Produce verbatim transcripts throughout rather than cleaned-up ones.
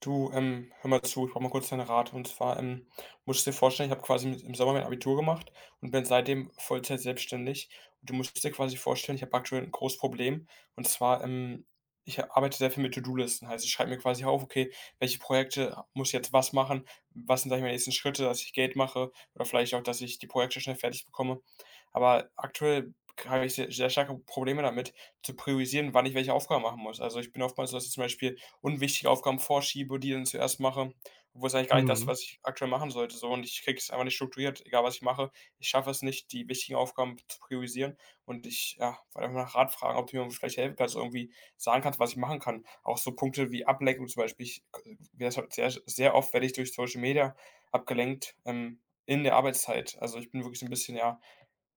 Du, ähm, hör mal zu, ich brauche mal kurz deinen Rat. Und zwar, ähm, musst du dir vorstellen, ich habe quasi mit im Sommer mein Abitur gemacht und bin seitdem Vollzeit selbstständig. Und du musst dir quasi vorstellen, ich habe aktuell ein großes Problem. Und zwar, ähm, ich arbeite sehr viel mit To-do-Listen. Heißt, ich schreibe mir quasi auf: „Okay, welche Projekte muss ich jetzt was machen? Was sind, sage ich mal, nächsten Schritte, dass ich Geld mache oder vielleicht auch, dass ich die Projekte schnell fertig bekomme?“ Aber aktuell habe ich sehr sehr starke Probleme damit, zu priorisieren, wann ich welche Aufgaben machen muss. Also, ich bin oftmals so, dass ich zum Beispiel unwichtige Aufgaben vorschiebe, die dann zuerst mache, obwohl es eigentlich gar nicht das, Mhm. was ich aktuell machen sollte, so. Und ich kriege es einfach nicht strukturiert, egal was ich mache. Ich schaffe es nicht, die wichtigen Aufgaben zu priorisieren. Und ich, ja, wollte einfach nach Rat fragen, ob du mir vielleicht helfen kannst, irgendwie sagen kannst, was ich machen kann. Auch so Punkte wie Ablenkung zum Beispiel. Ich, äh, halt sehr, sehr oft werde ich durch Social Media abgelenkt, ähm, in der Arbeitszeit. Also ich bin wirklich so 'n bisschen, ja,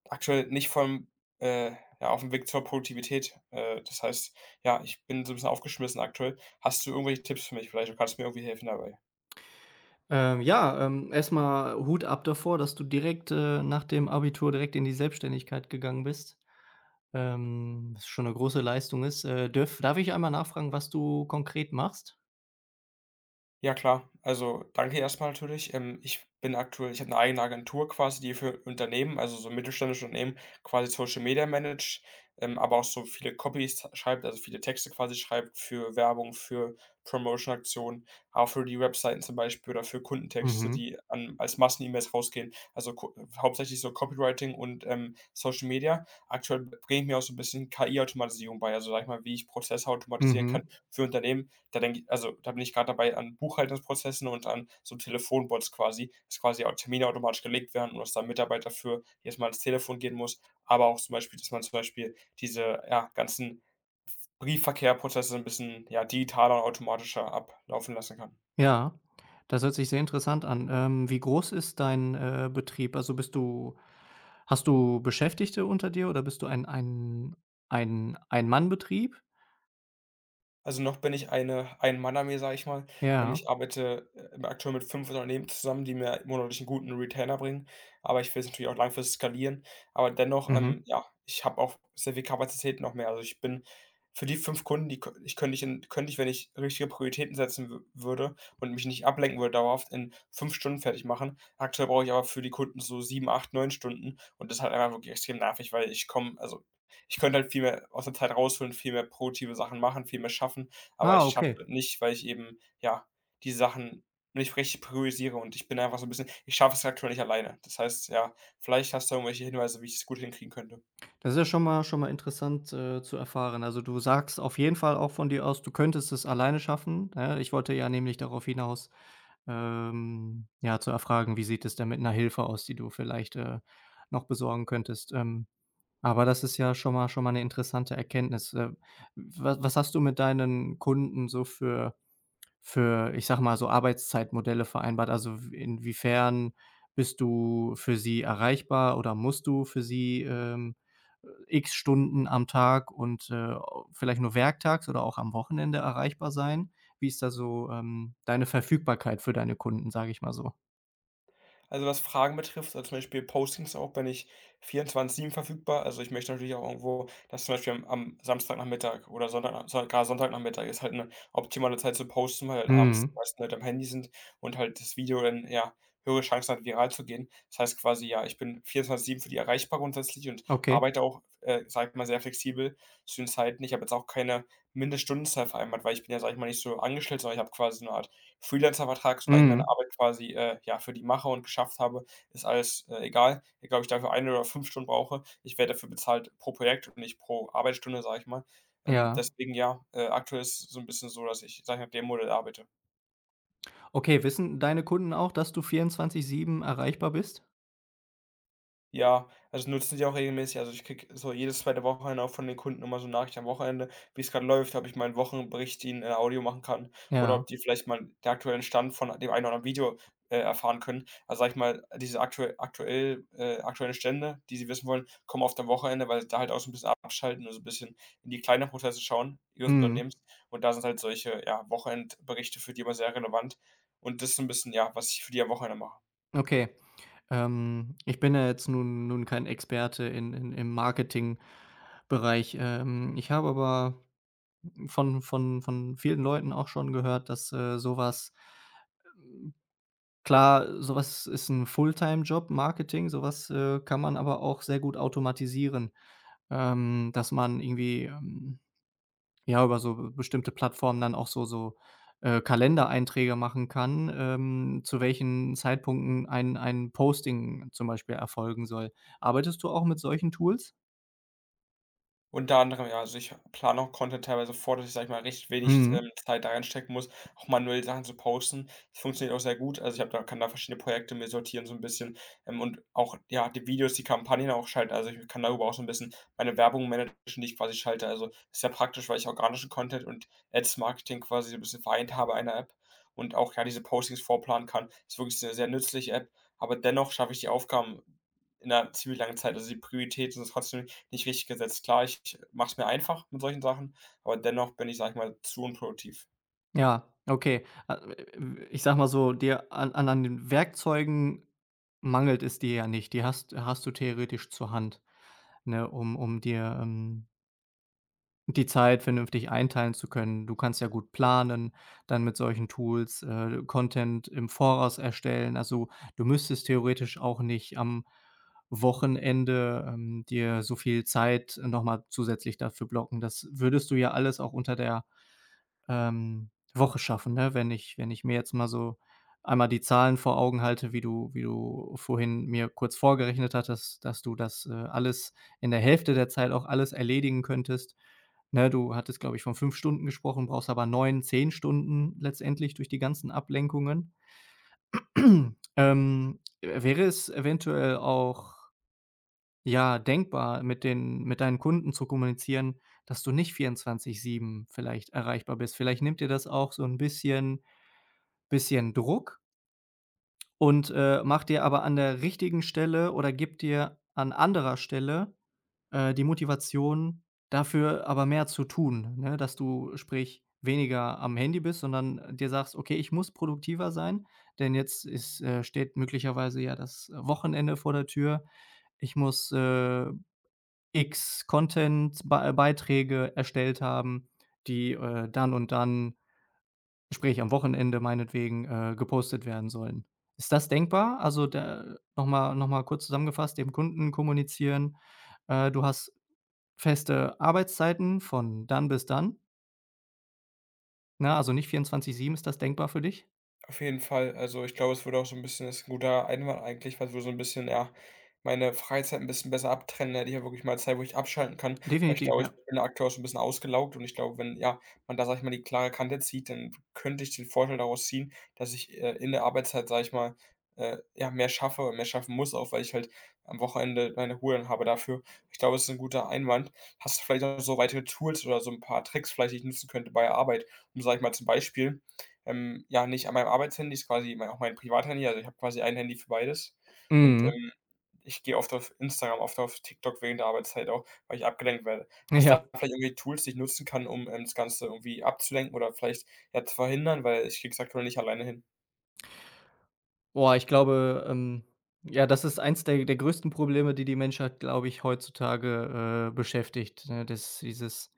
aktuell nicht vom äh, ja, auf dem Weg zur Produktivität. Äh, das heißt, ja, ich bin so ein bisschen aufgeschmissen aktuell. Hast du irgendwelche Tipps für mich? Vielleicht kannst du mir irgendwie helfen dabei? Ähm, ja, ähm, erst Hut ab davor, dass du direkt, äh, nach dem Abitur direkt in die Selbstständigkeit gegangen bist, ähm, was schon eine große Leistung ist. Äh, dürf Darf ich einmal nachfragen, was du konkret machst? Ja klar, also danke erstmal natürlich. Ähm, ich bin aktuell, ich habe eine eigene Agentur quasi, die für Unternehmen, also so mittelständische Unternehmen quasi Social Media managt, ähm, aber auch so viele Copies schreibt, also viele Texte quasi schreibt für Werbung, für Promotion-Aktionen, auch für die Webseiten zum Beispiel oder für Kundentexte, Mhm, die an als Massen-E-Mails rausgehen. Also ko Hauptsächlich so Copywriting und, ähm, Social Media. Aktuell bringe ich mir auch so ein bisschen K I-Automatisierung bei, also sag ich mal, wie ich Prozesse automatisieren kann mhm. für Unternehmen, da denke ich also, da bin ich gerade dabei an Buchhaltungsprozessen und an so Telefonbots quasi, dass quasi auch Termine automatisch gelegt werden und dass da 'n Mitarbeiter für jedes Mal ans Telefon gehen muss, aber auch zum Beispiel, dass man zum Beispiel diese, ja, ganzen Briefverkehrprozesse so ein bisschen, ja, digitaler und automatischer ablaufen lassen kann. Ja, das hört sich sehr interessant an. Ähm, wie groß ist dein, äh, Betrieb? Also, bist du hast du Beschäftigte unter dir oder bist du ein ein ein Ein-Mann-Betrieb? Also, noch bin ich eine Ein-Mann-Armee, sage ich mal. Ähm, ich Ja. arbeite, äh, aktuell mit fünf Unternehmen zusammen, die mir monatlich 'n guten Retainer bringen, aber ich will es natürlich auch langfristig skalieren. Aber dennoch, ähm, Mhm. ja, ich habe auch sehr viel Kapazität noch mehr. Also, ich bin für die fünf Kunden, die kö ich könnte ich in könnte ich, wenn ich richtige Prioritäten setzen wü würde und mich nicht ablenken würde dauerhaft, in fünf Stunden fertig machen. Aktuell brauche ich aber für die Kunden so sieben, acht, neun Stunden und das ist halt einfach wirklich extrem nervig, weil ich komme, also ich könnte halt viel mehr aus der Zeit rausholen, viel mehr produktive Sachen machen, viel mehr schaffen, aber ich Ah, schaffe okay. es nicht, weil ich eben, ja, die Sachen nicht richtig priorisiere und ich bin einfach so 'n bisschen, ich schaffe es aktuell nicht alleine. Das heißt, ja, vielleicht hast du irgendwelche Hinweise, wie ich es gut hinkriegen könnte. Das ist ja schon mal schon mal interessant, äh, zu erfahren. Also, du sagst auf jeden Fall auch von dir aus, du könntest es alleine schaffen, ne? Ich wollte ja nämlich darauf hinaus, ähm, ja, zu erfragen, wie sieht es denn mit 'ner Hilfe aus, die du vielleicht, äh, noch besorgen könntest? Ähm, aber das ist ja schon mal schon mal eine interessante Erkenntnis. Äh, wa Was hast du mit deinen Kunden so für für, ich sage mal, so Arbeitszeitmodelle vereinbart? Also, w inwiefern bist du für sie erreichbar oder musst du für sie, ähm, äh, X Stunden am Tag und, äh, vielleicht nur werktags oder auch am Wochenende erreichbar sein? Wie ist da so, ähm, deine Verfügbarkeit für deine Kunden, sage ich mal so? Also, was Fragen betrifft, also, zum Beispiel Postings auch, bin ich vierundzwanzig sieben verfügbar. Also, ich möchte natürlich auch irgendwo, dass zum Beispiel am am Samstagnachmittag oder Sonntag, so grad Sonntagnachmittag ist halt eine optimale Zeit zu posten, weil halt abends die Mhm. meisten Leute am Handy sind und halt das Video dann, ja, höhere Chancen hat, viral zu gehen. Das heißt quasi, ja, ich bin vierundzwanzig sieben für die erreichbar grundsätzlich und Okay. arbeite auch, äh, sage ich mal, sehr flexibel zu den Zeiten. Ich habe jetzt auch keine Mindeststundenzahl vereinbart, weil ich bin ja, sage ich mal, nicht so angestellt, sondern ich habe quasi so eine Art Freelancer-Vertrag. Solange ich meine Mhm. Arbeit quasi, äh, ja, für die mache und geschafft habe, ist alles, äh, egal. Egal, ob ich dafür eine oder fünf Stunden brauche, ich werde dafür bezahlt pro Projekt und nicht pro Arbeitsstunde, sage ich mal. Ähm, Ja. Deswegen, ja, äh, aktuell ist es so ein bisschen so, dass ich, sage ich mal, dem Modell arbeite. Okay, wissen deine Kunden auch, dass du vierundzwanzig sieben erreichbar bist? Ja, also nutzen die auch regelmäßig. Also, ich kriege so jedes zweite Wochenende auch von den Kunden immer so eine Nachricht am Wochenende, wie es gerade läuft, ob ich meinen Wochenbericht ihnen in, äh, Audio machen kann oder Ja. ob die vielleicht mal den aktuellen Stand von dem einen oder anderen Video, äh, erfahren können. Also, sage ich mal, diese aktuell aktuell äh, aktuellen Stände, die sie wissen wollen, kommen oft am Wochenende, weil sie da halt auch so ein bisschen abschalten und so ein bisschen in die kleineren Prozesse schauen ihres Mhm. Unternehmens. Und da sind halt solche, ja, Wochenendberichte für die immer sehr relevant. Und das ist so 'n bisschen, ja, was ich für die am Wochenende mache. Okay. Ähm, ich bin ja jetzt nun nun kein Experte in in im Marketingbereich. Ähm, ich habe aber von von von vielen Leuten auch schon gehört, dass, äh, so klar, sowas ist ein Fulltime-Job, Marketing. Sowas äh, kann man aber auch sehr gut automatisieren, ähm, dass man irgendwie, ähm ja, über so bestimmte Plattformen dann auch so so, äh, Kalendereinträge machen kann, ähm, zu welchen Zeitpunkten ein ein Posting zum Beispiel erfolgen soll. Arbeitest du auch mit solchen Tools? Unter anderem, ja, also ich plane auch Content teilweise vor, dass ich, sage ich mal, recht wenig, Mhm. ähm, Zeit da reinstecken muss, auch manuell Sachen zu posten. Das funktioniert auch sehr gut. Also, ich habe da kann da verschiedene Projekte mir sortieren so ein bisschen, ähm, und auch, ja, die Videos, die Kampagnen auch schalten. Also, ich kann darüber auch so ein bisschen meine Werbung managen, die ich quasi schalte. Also, ist sehr praktisch, weil ich organischen Content und Ads-Marketing quasi so ein bisschen vereint habe in einer App und auch, ja, diese Postings vorplanen kann. Ist wirklich eine sehr nützliche App, aber dennoch schaffe ich die Aufgaben in einer ziemlich langen Zeit. Also, die Prioritäten sind trotzdem nicht richtig gesetzt. Klar, ich mache es mir einfach mit solchen Sachen, aber dennoch bin ich, sag ich mal, zu unproduktiv. Ja, okay. A w Ich sage mal so, dir an an an den Werkzeugen mangelt es dir ja nicht. Die hast hast du theoretisch zur Hand, ne, um um dir, ähm die Zeit vernünftig einteilen zu können. Du kannst ja gut planen, dann mit solchen Tools, äh, Content im Voraus erstellen. Also, du müsstest theoretisch auch nicht am Wochenende, ähm, dir so viel Zeit noch mal zusätzlich dafür blocken. Das würdest du ja alles auch unter der ähm, Woche schaffen, ne? Wenn ich wenn ich mir jetzt mal so einmal die Zahlen vor Augen halte, wie du wie du vorhin mir kurz vorgerechnet hattest, dass du das, äh, alles in der Hälfte der Zeit auch alles erledigen könntest. Ne, du hattest, glaube ich, von fünf Stunden gesprochen, brauchst aber neun zehn Stunden letztendlich durch die ganzen Ablenkungen. Ähm, äh, wäre es eventuell auch ja, denkbar mit den mit deinen Kunden zu kommunizieren, dass du nicht vierundzwanzig sieben vielleicht erreichbar bist? Vielleicht nimmt dir das auch so ein bisschen bisschen Druck und, äh, macht dir aber an der richtigen Stelle oder gibt dir an anderer Stelle, äh, die Motivation, dafür aber mehr zu tun, ne? Dass du, sprich, weniger am Handy bist, sondern dir sagst: „Okay, ich muss produktiver sein, denn jetzt ist, äh steht möglicherweise ja das Wochenende vor der Tür. Ich muss, äh, X Content Beiträge erstellt haben, die, äh, dann und dann, sprich am Wochenende meinetwegen, äh, gepostet werden sollen. Ist das denkbar? Also, nochmal noch mal noch mal kurz zusammengefasst, dem Kunden kommunizieren, äh, du hast feste Arbeitszeiten von dann bis dann, ne? Also, nicht vierundzwanzig sieben. Ist das denkbar für dich? Auf jeden Fall. Also, ich glaube, es würde auch so ein bisschen, das ist 'n guter Einwand eigentlich, weil so so ein bisschen, ja, meine Freizeit ein bisschen besser abtrennen, da hätte ich ja wirklich mal Zeit, wo ich abschalten kann, weil ich Definitiv, glaube, ich ja. bin aktuell auch so ein bisschen ausgelaugt und ich glaube, wenn, ja, man da, sag ich mal, die klare Kante zieht, dann könnte ich den Vorteil daraus ziehen, dass ich, äh, in der Arbeitszeit, sag ich mal, äh, ja, mehr schaffe und mehr schaffen muss, auch weil ich halt am Wochenende meine Ruhe dann habe dafür. Ich glaube, es ist ein guter Einwand. Hast du vielleicht auch so weitere Tools oder so ein paar Tricks vielleicht, die ich nutzen könnte bei der Arbeit, um, sag ich mal, zum Beispiel, ähm, ja, nicht an meinem Arbeitshandy, ist quasi mein auch mein Privathandy, also ich habe quasi ein Handy für beides. Und, Mhm. ähm, ich gehe oft auf Instagram, oft auf TikTok während der Arbeitszeit auch, weil ich abgelenkt werde. Hast du Ja. da vielleicht irgendwie Tools, die ich nutzen kann, um, ähm, das Ganze irgendwie abzulenken oder vielleicht, ja, zu verhindern, weil ich kriege es aktuell nicht alleine hin? Boah, ich glaube, ähm, ja, das ist eins der der größten Probleme, die die Menschheit, glaube ich, heutzutage, äh, beschäftigt, ne? Das Dieses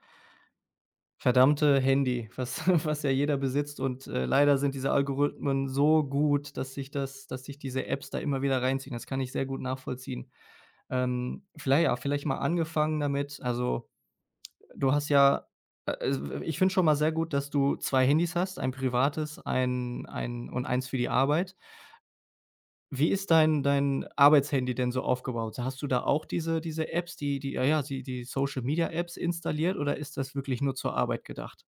verdammte Handy, was was ja jeder besitzt und, äh, leider sind diese Algorithmen so gut, dass sich das dass sich diese Apps da immer wieder reinziehen. Das kann ich sehr gut nachvollziehen. Ähm, viellei Ja, vielleicht mal angefangen damit, also, du hast ja äh, äh, ich finde schon mal sehr gut, dass du zwei Handys hast, ein privates, ein ein und eins für die Arbeit. Wie ist dein dein Arbeitshandy denn so aufgebaut? Hast du da auch diese diese Apps, die die ja, ja, die die Social-Media-Apps installiert, oder ist das wirklich nur zur Arbeit gedacht?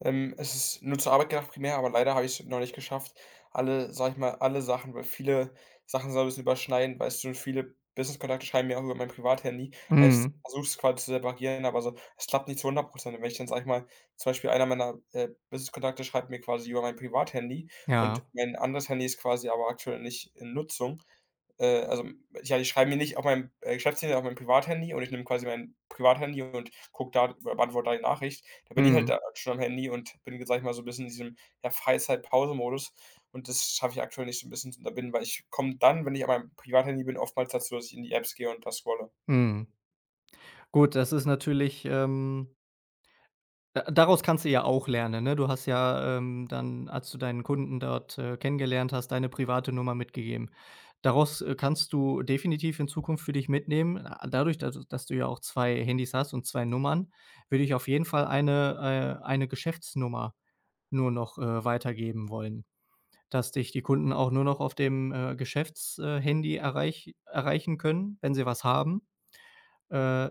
Ähm, es ist nur zur Arbeit gedacht primär, aber leider habe ich es noch nicht geschafft, alle, sag ich mal, alle Sachen, weil viele Sachen so 'n bisschen überschneiden, weißt du? Und viele Business-Kontakte schreiben mir auch über mein Privathandy. Heißt, ich Mhm. versuche es quasi zu separieren, aber so es klappt nicht zu hundert Prozent. Wenn ich dann, sag ich mal, zum Beispiel einer meiner, äh, Business-Kontakte schreibt mir quasi über mein Privathandy und Ja. mein anderes Handy ist quasi aber aktuell nicht in Nutzung, äh, also, ja, ich schreibe mir nicht auf meinem, äh, Geschäftshandy, auf meinem Privathandy und ich nehme quasi mein Privathandy und gucke da, beantworte da die Nachricht. Da bin ich halt Mhm. da schon am Handy und bin, sage ich mal, so ein bisschen in diesem, ja, Freizeit-Pause-Modus und das schaffe ich aktuell nicht so ein bisschen, da bin, weil ich komme dann, wenn ich auf meinem Privathandy bin, oftmals dazu, dass ich in die Apps gehe und das scrolle. Mhm. Gut, das ist natürlich, ähm Da daraus kannst du ja auch lernen, ne? Du hast ja, ähm, dann, als du deinen Kunden dort, äh, kennengelernt hast, deine private Nummer mitgegeben. Daraus, äh, kannst du definitiv in Zukunft für dich mitnehmen. A Dadurch, da dass du ja auch zwei Handys hast und zwei Nummern, würde ich auf jeden Fall eine äh, eine Geschäftsnummer nur noch, äh, weitergeben wollen, dass dich die Kunden auch nur noch auf dem, äh, Geschäfts äh, Handy erreich erreichen können, wenn sie was haben. Äh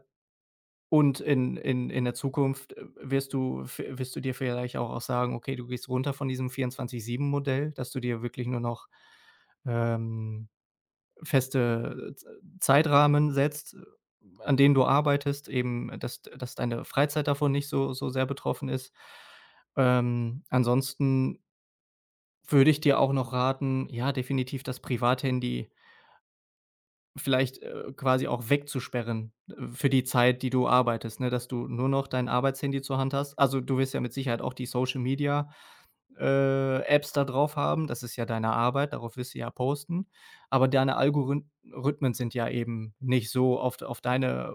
und in in in der Zukunft, äh, wirst du v wirst du dir vielleicht auch auch sagen: „Okay, du gehst runter von diesem vierundzwanzig sieben-Modell“, dass du dir wirklich nur noch, ähm, feste Z Zeitrahmen setzt, äh, an denen du arbeitest, eben, äh, dass dass deine Freizeit davon nicht so so sehr betroffen ist. Ähm, ansonsten würde ich dir auch noch raten, ja, definitiv das Privathandy vielleicht, äh, quasi auch wegzusperren, äh, für die Zeit, die du arbeitest, ne, dass du nur noch dein Arbeitshandy zur Hand hast. Also, du wirst ja mit Sicherheit auch die Social Media, äh, Apps da drauf haben. Das ist ja deine Arbeit, darauf wirst du ja posten. Aber deine Algorithmen sind ja eben nicht so auf auf deine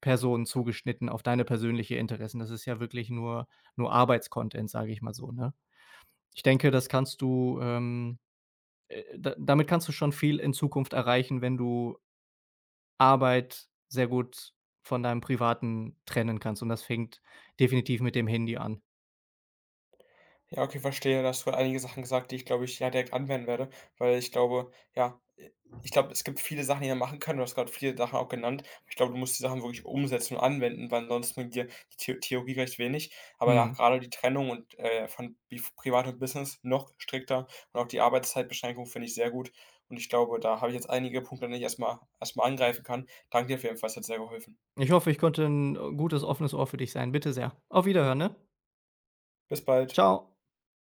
Person zugeschnitten, auf deine persönliche Interessen. Das ist ja wirklich nur nur Arbeitscontent, sage ich mal so, ne? Ich denke, das kannst du, ähm, äh, da damit kannst du schon viel in Zukunft erreichen, wenn du Arbeit sehr gut von deinem Privaten trennen kannst, und das fängt definitiv mit dem Handy an. Ja, okay, verstehe. Da hast du einige Sachen gesagt, die ich, glaube ich, ja, direkt anwenden werde, weil ich glaube, ja, äh, ich glaube, es gibt viele Sachen, die man machen kann. Du hast gerade viele Sachen auch genannt. Ich glaube, du musst die Sachen wirklich umsetzen und anwenden, weil ansonsten bringt dir die The Theorie recht wenig. Aber ja, Mhm. gerade die Trennung und, äh, von Bif Privat und Business noch strikter und auch die Arbeitszeitbeschränkung finde ich sehr gut. Und ich glaube, da habe ich jetzt einige Punkte, an denen ich erstmal erstmal angreifen kann. Danke dir auf jeden Fall, es hat sehr geholfen. Ich hoffe, ich konnte 'n gutes offenes Ohr für dich sein. Bitte sehr. Auf Wiederhören, ne? Bis bald. Tschau.